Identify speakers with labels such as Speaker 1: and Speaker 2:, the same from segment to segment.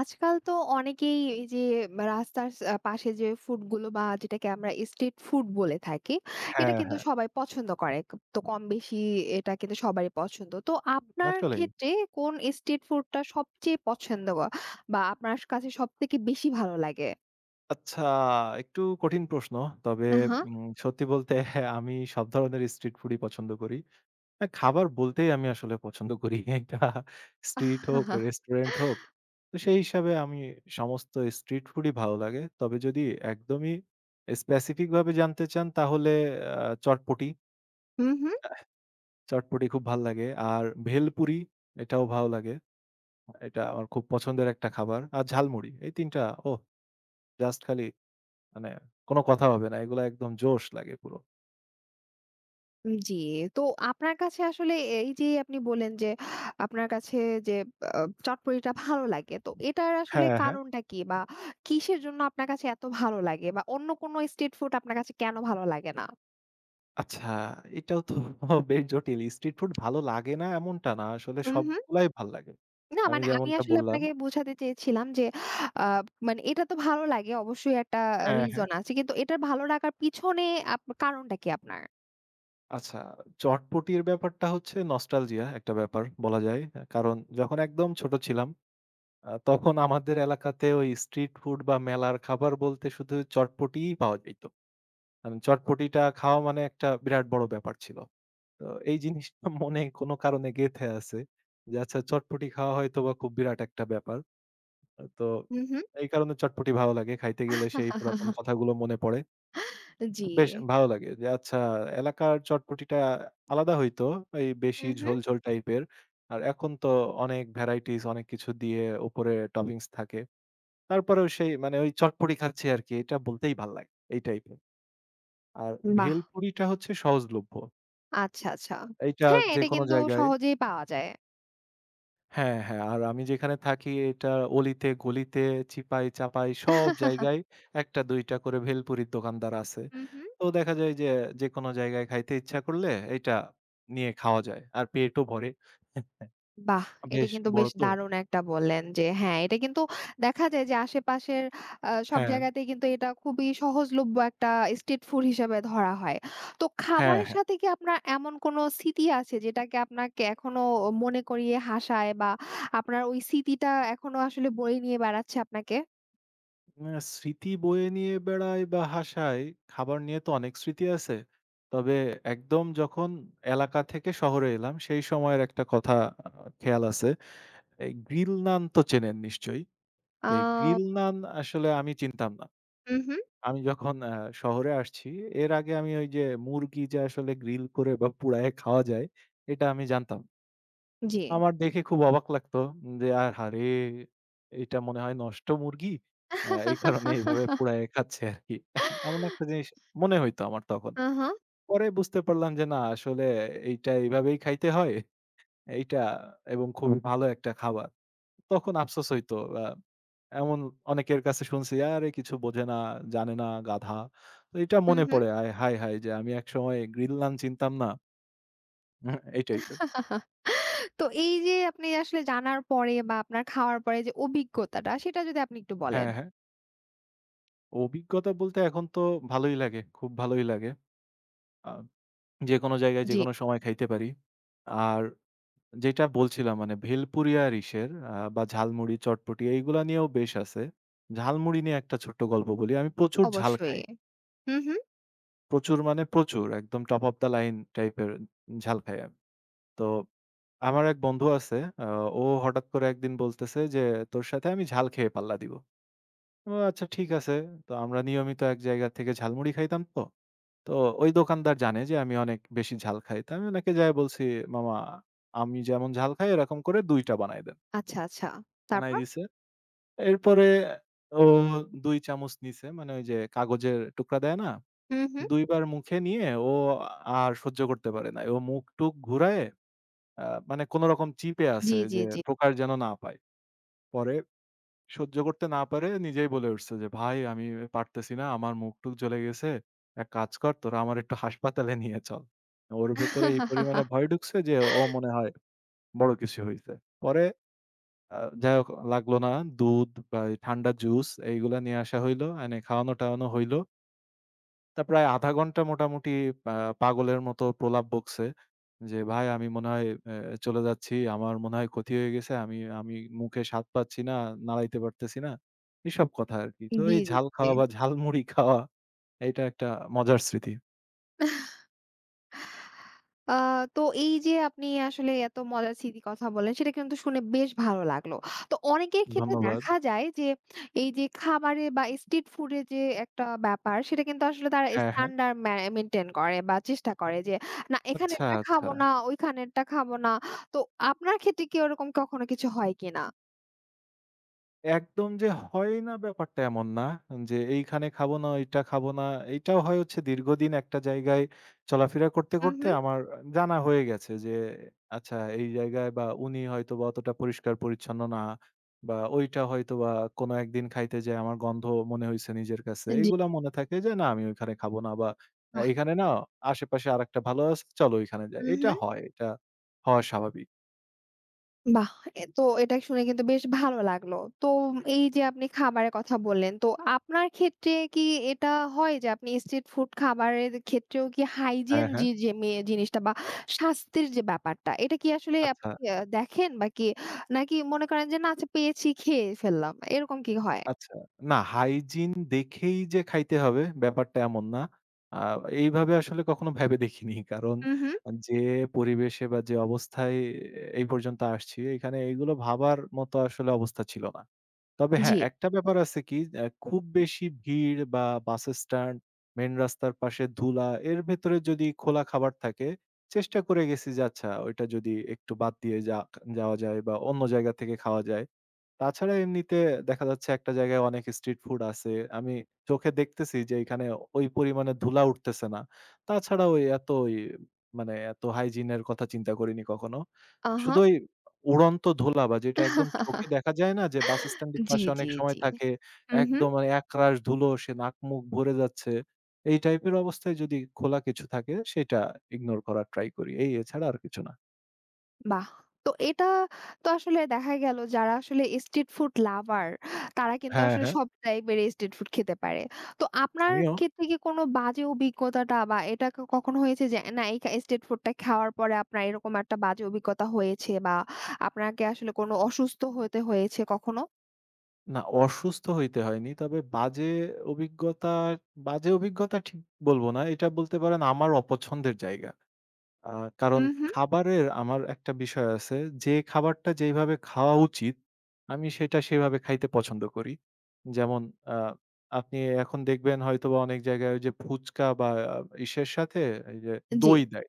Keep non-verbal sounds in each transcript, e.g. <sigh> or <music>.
Speaker 1: আজকাল তো অনেকেই এই যে রাস্তার পাশে যে ফুডগুলো বা যেটাকে আমরা স্ট্রিট ফুড বলে থাকি, এটা
Speaker 2: হ্যাঁ,
Speaker 1: কিন্তু
Speaker 2: হ্যাঁ,
Speaker 1: সবাই পছন্দ করে। তো কম বেশি এটা কিন্তু সবারই পছন্দ। তো আপনার
Speaker 2: আসলেই।
Speaker 1: ক্ষেত্রে কোন স্ট্রিট ফুডটা সবচেয়ে পছন্দ বা আপনার কাছে সবথেকে বেশি ভালো লাগে?
Speaker 2: আচ্ছা একটু কঠিন প্রশ্ন। তবে
Speaker 1: আ হা।
Speaker 2: সত্যি বলতে <laughs> আমি সব ধরনের স্ট্রিট ফুডই পছন্দ করি। খাবার বলতেই আমি আসলে পছন্দ করি। <laughs> এটা স্ট্রিট হোক, রেস্টুরেন্ট হোক। তো সেই হিসাবে আমি সমস্ত স্ট্রিট ফুডই ভালো লাগে। তবে যদি একদমই স্পেসিফিক ভাবে জানতে চান তাহলে চটপটি।
Speaker 1: হুম, হুম।
Speaker 2: চটপটি খুব ভাল লাগে। আর ভেলপুরি এটাও ভালো লাগে। এটা আমার খুব পছন্দের একটা খাবার। আর ঝালমুড়ি। এই ৩ টা ওহ! জাস্ট খালি মানে কোন কথা হবে না। এগুলা একদম জোশ লাগে পুরো।
Speaker 1: জি, তো আপনার কাছে আসলে এই যে আপনি বললেন যে আপনার কাছে যে আ চটপটিটা ভালো লাগে। তো এটার আসলে
Speaker 2: হ্যাঁ, হ্যাঁ।
Speaker 1: কারণটা কি? বা কিসের জন্য আপনার কাছে এত ভালো লাগে? বা অন্য কোনো স্ট্রিট ফুড আপনার কাছে কেন ভালো লাগে না?
Speaker 2: আচ্ছা, এটাও তো <laughs> বেশ জটিল। স্ট্রিট ফুড ভালো লাগে না এমনটা না। আসলে
Speaker 1: উম হুম।
Speaker 2: সবগুলাই ভাল লাগে।
Speaker 1: না
Speaker 2: আমি
Speaker 1: মানে আমি
Speaker 2: যেমনটা
Speaker 1: আসলে
Speaker 2: বললাম।
Speaker 1: আপনাকে বোঝাতে চেয়েছিলাম যে আ মানে এটা তো ভালো লাগে অবশ্যই একটা
Speaker 2: হ্যাঁ, হ্যাঁ।
Speaker 1: রিজন আছে। কিন্তু এটার ভালো লাগার পিছনে কারণটা কি আপনার?
Speaker 2: আচ্ছা, চটপটির ব্যাপারটা হচ্ছে নস্টালজিয়া একটা ব্যাপার বলা যায়। কারণ যখন একদম ছোট ছিলাম তখন আমাদের এলাকাতে ওই স্ট্রিট ফুড বা মেলার খাবার বলতে শুধু চটপটিই পাওয়া যাইত। মানে চটপটিটা খাওয়া মানে একটা বিরাট বড় ব্যাপার ছিল। তো এই জিনিসটা <laughs> মনে কোনো কারণে গেঁথে আছে যে আচ্ছা চটপটি খাওয়া হয়তোবা খুব বিরাট একটা ব্যাপার। তো
Speaker 1: হুম, হুম।
Speaker 2: এই কারণে চটপটি ভালো লাগে। খাইতে গেলে সেই পুরাতন কথাগুলো মনে পড়ে।
Speaker 1: জি।
Speaker 2: বেশ ভালো লাগে যে আচ্ছা এলাকার চটপটিটা আলাদা হইতো। এই বেশি
Speaker 1: হুম, হুম।
Speaker 2: ঝোল, ঝোল টাইপের। আর এখন তো অনেক ভ্যারাইটিস অনেক কিছু দিয়ে উপরে টপিংস থাকে। তারপরেও সেই মানে ওই চটপটি খাচ্ছি আরকি এটা বলতেই ভাল লাগে। এই টাইপের। আর
Speaker 1: বাহ!
Speaker 2: ভেলপুরিটা হচ্ছে সহজলভ্য।
Speaker 1: আচ্ছা, আচ্ছা।
Speaker 2: এইটা
Speaker 1: হ্যাঁ, এটা
Speaker 2: যেকোনো
Speaker 1: কিন্তু
Speaker 2: জায়গায়
Speaker 1: সহজেই পাওয়া যায়।
Speaker 2: হ্যাঁ, হ্যাঁ। আর আমি যেখানে থাকি এটা অলিতে গলিতে, চিপায় চাপায় সব জায়গায় ১টা ২টা করে ভেলপুরির দোকানদার আছে।
Speaker 1: হুম, হুম।
Speaker 2: তো দেখা যায় যে যেকোনো জায়গায় খাইতে ইচ্ছা করলে এইটা নিয়ে খাওয়া যায়। আর পেটও ভরে।
Speaker 1: বাহ! এটা
Speaker 2: বেশ
Speaker 1: কিন্তু
Speaker 2: বড়
Speaker 1: বেশ
Speaker 2: তো।
Speaker 1: দারুণ একটা বললেন যে হ্যাঁ, এটা কিন্তু দেখা যায় যে আশেপাশের সব
Speaker 2: হ্যাঁ,
Speaker 1: জায়গাতেই কিন্তু এটা খুবই সহজলভ্য একটা স্ট্রিট ফুড হিসেবে ধরা হয়। তো
Speaker 2: হ্যাঁ,
Speaker 1: খাবারের
Speaker 2: হ্যাঁ।
Speaker 1: সাথে কি আপনার এমন কোনো স্মৃতি আছে যেটাকে আপনাকে এখনো মনে করিয়ে হাসায় বা আপনার ওই স্মৃতিটা এখনো আসলে বয়ে নিয়ে বেড়াচ্ছে আপনাকে?
Speaker 2: স্মৃতি বয়ে নিয়ে বেড়াই বা হাসাই, খাবার নিয়ে তো অনেক স্মৃতি আছে। তবে একদম যখন এলাকা থেকে শহরে এলাম সেই সময়ের একটা কথা আ খেয়াল আছে। এই গ্রিল নান তো চেনেন নিশ্চয়ই?
Speaker 1: আ
Speaker 2: তো এই গ্রিল নান আসলে আমি চিনতাম না।
Speaker 1: হুম, হুম।
Speaker 2: আমি যখন শহরে আসছি, এর আগে আমি ওই যে মুরগি যে আসলে গ্রিল করে বা পুড়ায়ে খাওয়া যায়, এটা আমি জানতাম।
Speaker 1: জি।
Speaker 2: আমার দেখে খুব অবাক লাগতো যে, "আহারে! এটা মনে হয় নষ্ট মুরগি। এই কারণে এভাবে
Speaker 1: <laughs>
Speaker 2: পুড়ায়ে খাচ্ছে আরকি।" <laughs> এমন একটা জিনিস মনে হইতো আমার তখন।
Speaker 1: আহা!
Speaker 2: পরে বুঝতে পারলাম যে না আসলে এইটা এভাবেই খাইতে হয়। এইটা এবং খুবই ভালো একটা খাবার। তখন আফসোস হইতো। এমন অনেকের কাছে শুনছি, "আরে কিছু বোঝে না, জানে না, গাধা।" তো এটা
Speaker 1: হুম,
Speaker 2: মনে পড়ে, আয় হায়, হায়! যে আমি একসময় গ্রিনল্যান্ড চিনতাম না। <laughs> হুম, এই টাইপের।
Speaker 1: হুম। তো এই যে আপনি আসলে জানার পরে বা আপনার খাওয়ার পরে যে অভিজ্ঞতাটা সেটা যদি আপনি একটু বলেন।
Speaker 2: হ্যাঁ, হ্যাঁ। অভিজ্ঞতা বলতে এখন তো ভালোই লাগে, খুব ভালোই লাগে। আ যেকোনো জায়গায়
Speaker 1: জি।
Speaker 2: যেকোনো সময় খাইতে পারি। আর যেটা বলছিলাম মানে ভেলপুরিয়া ইলিশের বা ঝালমুড়ি, চটপটি এইগুলা নিয়েও বেশ আছে। ঝালমুড়ি নিয়ে একটা ছোট্ট গল্প বলি। আমি প্রচুর ঝাল
Speaker 1: অবশ্যই।
Speaker 2: খাই।
Speaker 1: হুম, হুম।
Speaker 2: প্রচুর মানে প্রচুর। একদম টপ অফ দ্য লাইন টাইপের ঝাল খাই আমি। তো আমার এক বন্ধু আছে, আ ও হঠাৎ করে একদিন বলতেছে যে, "তোর সাথে আমি ঝাল খেয়ে পাল্লা দিব।" ও আচ্ছা ঠিক আছে। তো আমরা নিয়মিত এক জায়গা থেকে ঝালমুড়ি খাইতাম তো। তো ওই দোকানদার জানে যে আমি অনেক বেশি ঝাল খাই। তো আমি ওনাকে যায়ে বলছি, "মামা আমি যেমন ঝাল খাই এরকম করে ২ টা বানায় দেন।"
Speaker 1: আচ্ছা, আচ্ছা।
Speaker 2: বানায়
Speaker 1: তারপর?
Speaker 2: দিছে। এরপরে ও ২ চামচ নিছে। মানে ওই যে কাগজের টুকরা দেয় না?
Speaker 1: হুম, হুম।
Speaker 2: ২ বার মুখে নিয়ে ও আর সহ্য করতে পারে নাই। ও মুখ-টুখ ঘুরায়ে মানে কোনরকম চিপে আছে
Speaker 1: জি, জি,
Speaker 2: যে
Speaker 1: জি।
Speaker 2: প্রকাশ যেন না পায়। পরে সহ্য করতে না পারে নিজেই বলে উঠছে যে, "ভাই আমি পারতেছি না। আমার মুখ-টুখ জ্বলে গেছে। এক কাজ কর তোরা আমার একটু হাসপাতালে নিয়ে চল।" ওর ভেতরে এই
Speaker 1: <laughs>
Speaker 2: পরিমাণে ভয় ঢুকছে যে ও মনে হয় বড় কিছু হইছে। পরে যাই হোক লাগলো না। দুধ বা এই ঠান্ডা জুস এইগুলা নিয়ে আসা হইলো, এনে খাওয়ানো-টাওয়ানো হইল। তা প্রায় ০.৫ ঘন্টা মোটামুটি পা পাগলের মতো প্রলাপ বকছে যে, "ভাই আমি মনে হয় চলে যাচ্ছি। আমার মনে হয় ক্ষতি হয়ে গেছে। আমি আমি মুখে স্বাদ পাচ্ছি না, নাড়াইতে পারতেছি না।" এসব কথা আরকি। তো
Speaker 1: জি,
Speaker 2: এই
Speaker 1: জি,
Speaker 2: ঝাল
Speaker 1: জি।
Speaker 2: খাওয়া বা ঝালমুড়ি খাওয়া এটা একটা মজার স্মৃতি।
Speaker 1: আ তো এই যে আপনি আসলে এত মজার স্মৃতির কথা বললেন, সেটা কিন্তু শুনে বেশ ভালো লাগলো। তো অনেকের ক্ষেত্রে
Speaker 2: ধন্যবাদ।
Speaker 1: দেখা যায় যে, এই যে খাবারে বা স্ট্রিট ফুডের যে একটা ব্যাপার, সেটা কিন্তু আসলে তারা
Speaker 2: হ্যাঁ, হ্যাঁ।
Speaker 1: স্ট্যান্ডার্ড মেইনটেইন করে বা চেষ্টা করে যে, না
Speaker 2: আচ্ছা,
Speaker 1: এখানেরটা
Speaker 2: আচ্ছা।
Speaker 1: খাবো না, ওইখানেরটা খাবো না। তো আপনার ক্ষেত্রে কি ওরকম কখনো কিছু হয় কিনা?
Speaker 2: একদম যে হয় না ব্যাপারটা এমন না। যে এইখানে খাবো না, ওইটা খাবো না। এইটাও হয় হচ্ছে দীর্ঘদিন একটা জায়গায় চলাফেরা করতে,
Speaker 1: হু,
Speaker 2: করতে
Speaker 1: হু।
Speaker 2: আমার জানা হয়ে গেছে যে আচ্ছা এই জায়গায় বা উনি হয়তোবা অতটা পরিষ্কার-পরিচ্ছন্ন না বা ওইটা হয়তোবা কোনো একদিন খাইতে যেয়ে আমার গন্ধ মনে হইছে নিজের কাছে।
Speaker 1: জি।
Speaker 2: এগুলা মনে থাকে যে না আমি ওইখানে খাবো না বা
Speaker 1: বাহ!
Speaker 2: এখানে না আশেপাশে আরেকটা ভালো আছে চলো ওইখানে যাই।
Speaker 1: হু, হু।
Speaker 2: এটা হয়, এটা হওয়া স্বাভাবিক।
Speaker 1: বাহ! এ তো এটা শুনে কিন্তু বেশ ভালো লাগলো। তো এই যে আপনি খাবারের কথা বললেন, তো আপনার ক্ষেত্রে কি এটা হয় যে আপনি স্ট্রিট ফুড খাবারের ক্ষেত্রেও কি হাইজিন
Speaker 2: হ্যাঁ,
Speaker 1: যে
Speaker 2: হ্যাঁ।
Speaker 1: যে জিনিসটা বা স্বাস্থ্যের যে ব্যাপারটা, এটা কি আসলে
Speaker 2: আচ্ছা।
Speaker 1: আপনি দেখেন বা কি নাকি মনে করেন যে না আচ্ছা পেয়েছি খেয়ে ফেললাম, এরকম কি হয়?
Speaker 2: আচ্ছা। না হাইজিন দেখেই যে খাইতে হবে ব্যাপারটা এমন না। আ এইভাবে আসলে কখনো ভেবে দেখিনি। কারণ
Speaker 1: হু, হু।
Speaker 2: যে পরিবেশে বা যে অবস্থায় এই পর্যন্ত আসছি এখানে এগুলো ভাবার মতো আসলে অবস্থা ছিল না। তবে
Speaker 1: জি।
Speaker 2: হ্যাঁ, একটা ব্যাপার আছে কি খুব বেশি ভিড় বা বাস স্ট্যান্ড, মেইন রাস্তার পাশে ধুলা এর ভেতরে যদি খোলা খাবার থাকে চেষ্টা করে গেছি যে আচ্ছা ওইটা যদি একটু বাদ দিয়ে যাওয়া যায় বা অন্য জায়গা থেকে খাওয়া যায়। তাছাড়া এমনিতে দেখা যাচ্ছে একটা জায়গায় অনেক স্ট্রিট ফুড আছে। আমি চোখে দেখতেছি যে এখানে ওই পরিমাণে ধুলা উঠতেছে না। তাছাড়া ওই এত ওই মানে এত হাইজিন এর কথা চিন্তা করিনি কখনো।
Speaker 1: আহা!
Speaker 2: শুধু ওই উড়ন্ত ধুলা বা যেটা একদম চোখে
Speaker 1: <laughs>
Speaker 2: দেখা যায় না যে বাস স্ট্যান্ডের
Speaker 1: জি,
Speaker 2: পাশে অনেক
Speaker 1: জি,
Speaker 2: সময়
Speaker 1: জি।
Speaker 2: থাকে।
Speaker 1: হু, হু।
Speaker 2: একদম মানে একরাশ ধুলো সে নাক মুখ ভরে যাচ্ছে। এই টাইপের অবস্থায় যদি খোলা কিছু থাকে সেটা ইগনোর করার ট্রাই করি। এই এছাড়া আর কিছু না।
Speaker 1: বাহ! তো এটা তো আসলে দেখা গেল যারা আসলে স্ট্রিট ফুড লাভার তারা কিন্তু
Speaker 2: হ্যাঁ,
Speaker 1: আসলে
Speaker 2: হ্যাঁ,
Speaker 1: সব টাইপের স্ট্রিট ফুড খেতে পারে। তো আপনার
Speaker 2: আমিও।
Speaker 1: ক্ষেত্রে কি কোনো বাজে অভিজ্ঞতাটা বা এটা কখনো হয়েছে যে না এই স্ট্রিট ফুডটা খাওয়ার পরে আপনার এরকম একটা বাজে অভিজ্ঞতা হয়েছে বা আপনাকে আসলে কোনো অসুস্থ হতে হয়েছে কখনো?
Speaker 2: না, অসুস্থ হইতে হয়নি। তবে বাজে অভিজ্ঞতা, বাজে অভিজ্ঞতা ঠিক বলব না। এটা বলতে পারেন আমার অপছন্দের জায়গা। আ কারণ
Speaker 1: হুম, হুম।
Speaker 2: খাবারের আমার একটা বিষয় আছে। যে খাবারটা যেইভাবে খাওয়া উচিত, আমি সেটা সেভাবে খাইতে পছন্দ করি। যেমন আ আপনি এখন দেখবেন হয়তোবা অনেক জায়গায় ওই যে ফুচকা বা আ ইসের সাথে এই যে
Speaker 1: জি।
Speaker 2: দই দেয়।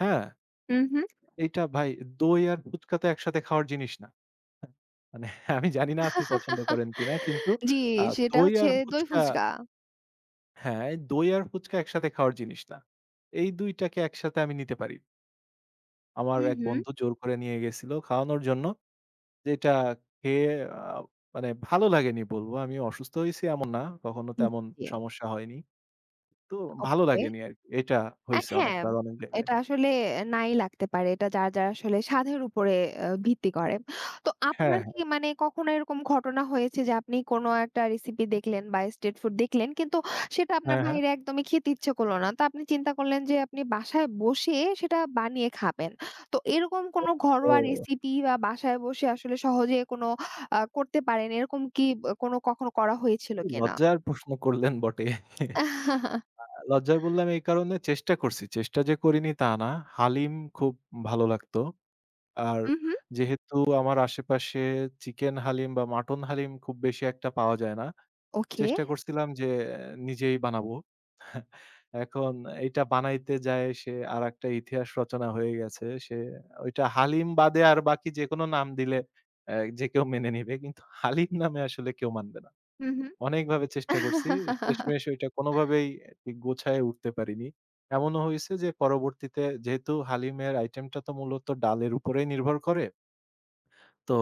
Speaker 2: হ্যাঁ?
Speaker 1: হুম, হুম।
Speaker 2: এইটা ভাই দই আর ফুচকা তো একসাথে খাওয়ার জিনিস না। হ্যাঁ, মানে <laughs> আমি জানি না আপনি পছন্দ করেন কিনা কিন্তু
Speaker 1: জি,
Speaker 2: আ
Speaker 1: সেটা
Speaker 2: দই
Speaker 1: হচ্ছে
Speaker 2: আর
Speaker 1: দই
Speaker 2: ফুচকা
Speaker 1: ফুচকা।
Speaker 2: হ্যাঁ, দই আর ফুচকা একসাথে খাওয়ার জিনিস না। এই ২ টাকে একসাথে আমি নিতে পারি। আমার
Speaker 1: হুম,
Speaker 2: এক
Speaker 1: হুম।
Speaker 2: বন্ধু জোর করে নিয়ে গেছিল খাওয়ানোর জন্য। যেটা খেয়ে আ মানে ভালো লাগেনি বলব। আমি অসুস্থ হইছি এমন না। কখনো
Speaker 1: হুম,
Speaker 2: তেমন
Speaker 1: জি,
Speaker 2: সমস্যা হয়নি। তো ভালো
Speaker 1: ওকে।
Speaker 2: লাগেনি আরকি। এটা হইছে
Speaker 1: হ্যাঁ,
Speaker 2: অনেকবার অনেক জায়গায়।
Speaker 1: এটা আসলে নাই লাগতে পারে। এটা যার, যার আসলে স্বাদের উপরে ভিত্তি করে। তো
Speaker 2: হ্যাঁ,
Speaker 1: আপনার
Speaker 2: হ্যাঁ,
Speaker 1: কি মানে কখনো এরকম ঘটনা হয়েছে যে আপনি কোনো একটা রেসিপি দেখলেন বা স্ট্রিট ফুড দেখলেন কিন্তু সেটা আপনার
Speaker 2: হ্যাঁ, হ্যাঁ।
Speaker 1: বাইরে একদমই খেতে ইচ্ছে করলো না। তো আপনি চিন্তা করলেন যে আপনি বাসায় বসে সেটা বানিয়ে খাবেন। তো এরকম কোনো ঘরোয়া হুম।
Speaker 2: ও
Speaker 1: রেসিপি বা বাসায় বসে আসলে সহজে কোনো করতে পারেন এরকম কি কোনো কখনো করা হয়েছিল কিনা?
Speaker 2: লজ্জার প্রশ্ন করলেন বটে।
Speaker 1: <laughs>
Speaker 2: লজ্জার বললাম এই কারণে চেষ্টা করছি। চেষ্টা যে করিনি তা না। হালিম খুব ভালো লাগতো। আর
Speaker 1: উহু,
Speaker 2: যেহেতু আমার আশেপাশে চিকেন হালিম বা মাটন হালিম খুব বেশি একটা পাওয়া যায় না।
Speaker 1: ওকে।
Speaker 2: চেষ্টা করছিলাম যে নিজেই বানাবো। এখন এইটা বানাইতে যায় সে আরেকটা ইতিহাস রচনা হয়ে গেছে। সে ওইটা হালিম বাদে আর বাকি যেকোনো নাম দিলে অ্যা যে কেউ মেনে নিবে। কিন্তু হালিম নামে আসলে কেউ মানবে না।
Speaker 1: হু, হু।
Speaker 2: অনেকভাবে চেষ্টা করছি।
Speaker 1: <laughs>
Speaker 2: শেষমেশ ওইটা কোনোভাবেই ঠিক গোছায় উঠতে পারিনি। এমনও হইছে যে পরবর্তীতে যেহেতু হালিমের আইটেমটা তো মূলত ডালের উপরেই নির্ভর করে। তো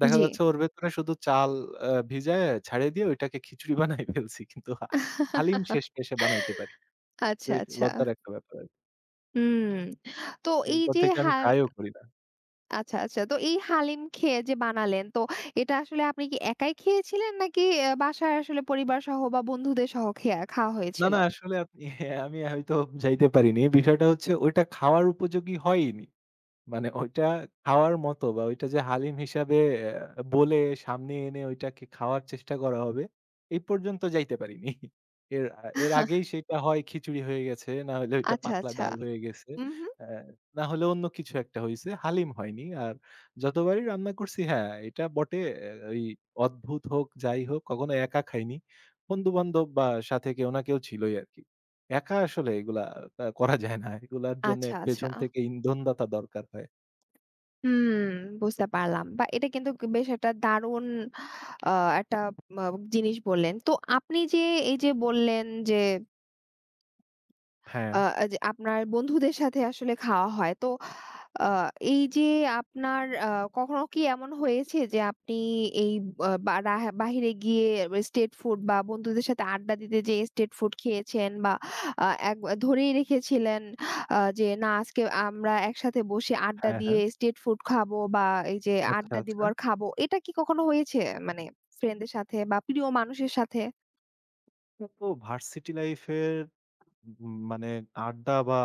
Speaker 2: দেখা
Speaker 1: জি।
Speaker 2: যাচ্ছে ওর ভেতরে শুধু চাল ভিজায়ে ছাড়িয়ে দিয়ে ওইটাকে খিচুড়ি বানায় ফেলছি। কিন্তু হালিম শেষমেশে বানাইতে পারি।
Speaker 1: আচ্ছা,
Speaker 2: বেশ
Speaker 1: আচ্ছা।
Speaker 2: লজ্জার একটা ব্যাপার আরকি।
Speaker 1: হুম। তো এই
Speaker 2: এরপর
Speaker 1: যে
Speaker 2: থেকে আমি ট্রাইও করি না।
Speaker 1: আচ্ছা, আচ্ছা। তো এই হালিম খেয়ে যে বানালেন, তো এটা আসলে আপনি কি একাই খেয়েছিলেন নাকি বাসায় আসলে পরিবার সহ বা বন্ধুদের সহ খাওয়া
Speaker 2: না,
Speaker 1: হয়েছিল?
Speaker 2: না আসলে আপনি আমি হয়তো বুঝাইতে পারিনি। বিষয়টা হচ্ছে ওইটা খাওয়ার উপযোগী হয়ইনি। মানে ওইটা খাওয়ার মতো বা ওইটা যে হালিম হিসাবে বলে সামনে এনে ওইটাকে খাওয়ার চেষ্টা করা হবে, এই পর্যন্ত যাইতে পারিনি। এর আগেই সেটা হয় খিচুড়ি হয়ে গেছে, না হলে ওইটা
Speaker 1: আচ্ছা,
Speaker 2: পাতলা
Speaker 1: আচ্ছা।
Speaker 2: ডাল হয়ে গেছে।
Speaker 1: উম হুম।
Speaker 2: অ্যা না হলে অন্য কিছু একটা হইছে, হালিম হয়নি। আর যতবারই রান্না করছি হ্যাঁ, এটা বটে ওই অদ্ভুত হোক, যাই হোক কখনো একা খাইনি। বন্ধু-বান্ধব বা সাথে কেউ না কেউ ছিলই আরকি। একা আসলে এগুলা করা যায় না। এগুলার জন্যে
Speaker 1: আচ্ছা, আচ্ছা।
Speaker 2: পেছন থেকে ইন্ধনদাতা দরকার হয়।
Speaker 1: হুম, বুঝতে পারলাম। বা এটা কিন্তু বেশ একটা দারুণ আ একটা আ জিনিস বললেন। তো আপনি যে এই যে বললেন যে
Speaker 2: হ্যাঁ,
Speaker 1: আ আ যে আপনার বন্ধুদের সাথে আসলে খাওয়া হয়। তো আ এই যে আপনার কখনো কি এমন হয়েছে যে আপনি এই বা বাহিরে গিয়ে স্ট্রিট ফুড বা বন্ধুদের সাথে আড্ডা দিতে যেয়ে স্ট্রিট ফুড খেয়েছেন বা আ এক ধরেই রেখেছিলেন যে না আজকে আমরা একসাথে বসে আড্ডা
Speaker 2: হ্যাঁ,
Speaker 1: দিয়ে
Speaker 2: হ্যাঁ।
Speaker 1: স্ট্রিট ফুড খাবো বা এই যে
Speaker 2: আচ্ছা,
Speaker 1: আড্ডা দিব
Speaker 2: আচ্ছা।
Speaker 1: আর খাবো। এটা কি কখনো হয়েছে? মানে ফ্রেন্ড দের সাথে বা প্রিয় মানুষের সাথে?
Speaker 2: তো ভার্সিটি লাইফ এর মানে আড্ডা বা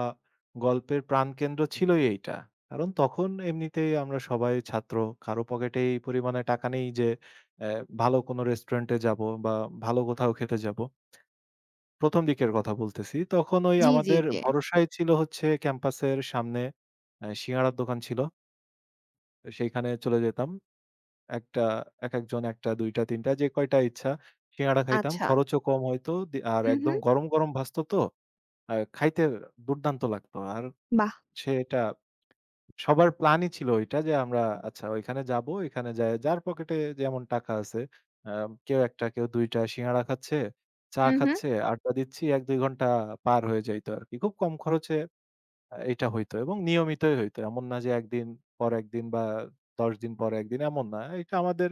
Speaker 2: গল্পের প্রাণকেন্দ্র ছিলই এইটা। কারণ তখন এমনিতেই আমরা সবাই ছাত্র। কারো পকেটে এই পরিমাণে টাকা নেই যে অ্যা ভালো কোনো রেস্টুরেন্টে যাবো বা ভালো কোথাও খেতে যাবো। ১ম দিকের কথা বলতেছি। তখন ওই
Speaker 1: জি, জি,
Speaker 2: আমাদের
Speaker 1: জি।
Speaker 2: ভরসাই ছিল হচ্ছে ক্যাম্পাসের সামনে সিঙাড়ার দোকান ছিল। সেইখানে চলে যেতাম। একটা একেকজন ১ টা, ২ টা, ৩ টা যে কয়টা ইচ্ছা সিঙ্গাড়া খাইতাম।
Speaker 1: আচ্ছা।
Speaker 2: খরচও কম হইতো দি আর
Speaker 1: উহু,
Speaker 2: একদম গরম, গরম ভাজতো তো। আর খাইতে দুর্দান্ত লাগতো। আর
Speaker 1: বাহ!
Speaker 2: সেটা সবার প্ল্যানই ছিল ওইটা যে আমরা আচ্ছা ওইখানে যাবো, ওইখানে যায়া যার পকেটে যেমন টাকা আছে আ কেউ ১ টা, কেউ ২ টা সিঙ্গাড়া খাচ্ছে, চা
Speaker 1: উহু।
Speaker 2: খাচ্ছে, আড্ডা দিচ্ছি ১-২ ঘন্টা পার হয়ে যাইত আরকি। খুব কম খরচে এটা হইতো এবং নিয়মিতই হইতো। এমন না যে একদিন পর একদিন বা ১০ দিন পর একদিন এমন না। এটা আমাদের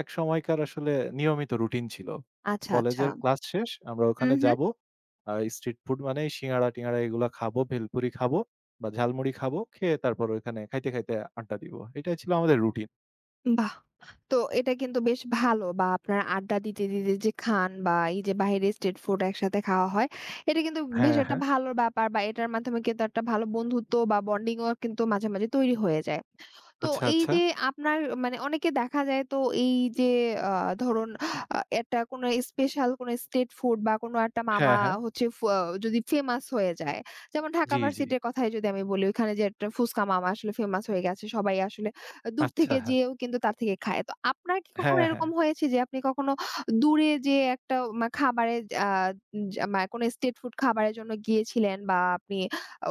Speaker 2: এক সময়কার আসলে নিয়মিত রুটিন ছিল।
Speaker 1: আচ্ছা, আচ্ছা।
Speaker 2: কলেজের ক্লাস শেষ আমরা ওখানে
Speaker 1: হুম, হুম।
Speaker 2: যাবো। স্ট্রিট ফুড মানেই সিঙ্গাড়া-টিঙ্গাড়া এগুলা খাবো, ভেলপুরি খাবো বা ঝালমুড়ি খাবো। খেয়ে তারপর ওইখানে খাইতে, খাইতে আড্ডা দিব। এটাই ছিল আমাদের রুটিন।
Speaker 1: বাহ! তো এটা কিন্তু বেশ ভালো বা আপনারা আড্ডা দিতে, দিতে যে খান বা এই যে বাইরে স্ট্রিট ফুড একসাথে খাওয়া হয়, এটা কিন্তু বেশ
Speaker 2: হ্যাঁ,
Speaker 1: একটা
Speaker 2: হ্যাঁ।
Speaker 1: ভালো ব্যাপার বা এটার মাধ্যমে কিন্তু একটা ভালো বন্ধুত্ব বা বন্ডিং ও কিন্তু মাঝে, মাঝে তৈরি হয়ে যায়। তো
Speaker 2: আচ্ছা,
Speaker 1: এই
Speaker 2: আচ্ছা।
Speaker 1: যে আপনার মানে অনেকে দেখা যায় তো এই যে আ ধরুন একটা কোনো স্পেশাল কোনো স্ট্রিট ফুড বা কোনো একটা মামা
Speaker 2: হ্যাঁ, হ্যাঁ।
Speaker 1: হচ্ছে যদি ফেমাস হয়ে যায়। যেমন ঢাকা
Speaker 2: জি, জি।
Speaker 1: ভার্সিটির কথাই যদি আমি বলি ওইখানে যে একটা ফুচকা মামা আসলে ফেমাস হয়ে গেছে। সবাই আসলে দূর
Speaker 2: আচ্ছা,
Speaker 1: থেকে
Speaker 2: হ্যাঁ।
Speaker 1: যেয়েও কিন্তু তার থেকে খায়। তো আপনার কি কখনো
Speaker 2: হ্যাঁ, হ্যাঁ।
Speaker 1: এরকম হয়েছে যে আপনি কখনো দূরে যেয়ে একটা খাবারের যা মা কোনো স্ট্রিট ফুড খাবারের জন্য গিয়েছিলেন বা আপনি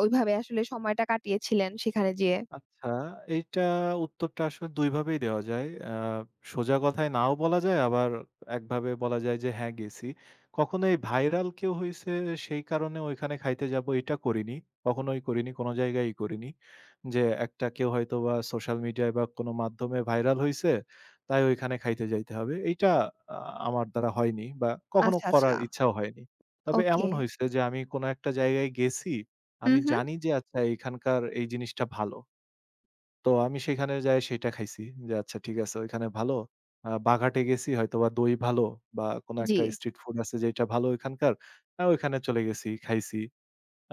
Speaker 1: ওইভাবে আসলে সময়টা কাটিয়েছিলেন সেখানে যেয়ে?
Speaker 2: আচ্ছা, এইটা উত্তরটা আসলে ২ ভাবেই দেওয়া যায়। সোজা কথায় নাও বলা যায়, আবার একভাবে বলা যায় যে হ্যাঁ, গেছি। কখনো এই ভাইরাল কেউ হইছে সেই কারণে ওইখানে খাইতে যাবো এটা করিনি। কখনোই করিনি, কোনো জায়গায়ই করিনি। যে একটা কেউ হয়তোবা সোশ্যাল মিডিয়ায় বা কোনো মাধ্যমে ভাইরাল হইছে, তাই ওইখানে খাইতে যাইতে হবে। এইটা আ আমার দ্বারা হয়নি বা কখনো
Speaker 1: আচ্ছা, আচ্ছা।
Speaker 2: করার ইচ্ছাও হয়নি। তবে
Speaker 1: ওকে।
Speaker 2: এমন হইছে যে আমি কোনো একটা জায়গায় গেছি,
Speaker 1: হুম,
Speaker 2: আমি
Speaker 1: হুম।
Speaker 2: জানি যে আচ্ছা এখানকার এই জিনিসটা ভালো। তো আমি সেখানে যাই সেটা খাইছি। যে আচ্ছা ঠিক আছে ওইখানে ভালো। বাঘাটে গেছি হয়তোবা দই ভালো বা কোনো
Speaker 1: জি,
Speaker 2: একটা স্ট্রিট ফুড আছে যেটা ভালো ওইখানকার। ওইখানে চলে গেছি, খাইছি।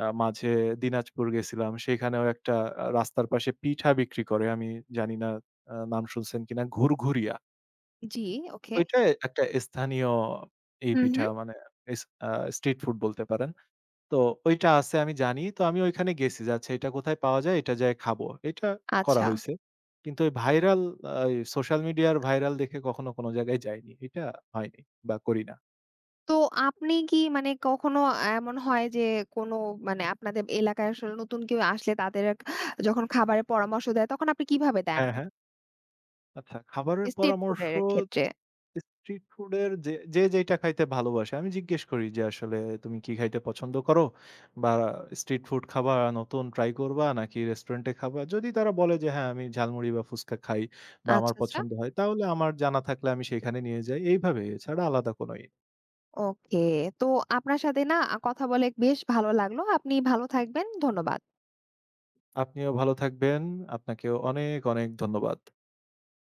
Speaker 2: মাঝে দিনাজপুর গেছিলাম। সেখানেও একটা রাস্তার পাশে পিঠা বিক্রি করে। আমি জানি না নাম শুনছেন কিনা? ঘুরঘুরিয়া।
Speaker 1: জি, ওকে।
Speaker 2: ওইটা একটা স্থানীয় এই
Speaker 1: হুম,
Speaker 2: পিঠা
Speaker 1: হুম।
Speaker 2: মানে এস আ স্ট্রিট ফুড বলতে পারেন। তো ওইটা আছে আমি জানি। তো আমি ওইখানে গেছি যে, আচ্ছা এটা কোথায় পাওয়া যায়? এটা যেয়ে খাবো। এটা করা
Speaker 1: আচ্ছা।
Speaker 2: হইছে। কিন্তু ওই ভাইরাল ওই সোশ্যাল মিডিয়ার ভাইরাল দেখে কখনো কোনো জায়গায় যাইনি। এটা হয়নি বা করি না।
Speaker 1: তো আপনি কি মানে কখনো এমন হয় যে কোনো মানে আপনাদের এলাকায় আসলে নতুন কেউ আসলে তাদের যখন খাবারের পরামর্শ দেয় তখন আপনি কিভাবে দেন?
Speaker 2: হ্যাঁ, হ্যাঁ। আচ্ছা, খাবারের
Speaker 1: স্ট্রিট ফুড
Speaker 2: পরামর্শ
Speaker 1: এর ক্ষেত্রে?
Speaker 2: স্ট্রিট ফুডের যে যে যেইটা খাইতে ভালোবাসে, আমি জিজ্ঞেস করি যে, "আসলে তুমি কি খাইতে পছন্দ করো? বা স্ট্রিট ফুড খাবা, নতুন ট্রাই করবা নাকি রেস্টুরেন্টে খাবা?" যদি তারা বলে যে, "হ্যাঁ, আমি ঝালমুড়ি বা ফুচকা খাই বা
Speaker 1: আচ্ছা,
Speaker 2: আমার
Speaker 1: আচ্ছা।
Speaker 2: পছন্দ হয়," তাহলে আমার জানা থাকলে আমি সেখানে নিয়ে যাই। এইভাবে, এছাড়া আলাদা কোন ই।
Speaker 1: ওকে। তো আপনার সাথে না কথা বলে বেশ ভালো লাগলো। আপনি ভালো থাকবেন। ধন্যবাদ।
Speaker 2: আপনিও ভালো থাকবেন। আপনাকেও অনেক, অনেক ধন্যবাদ।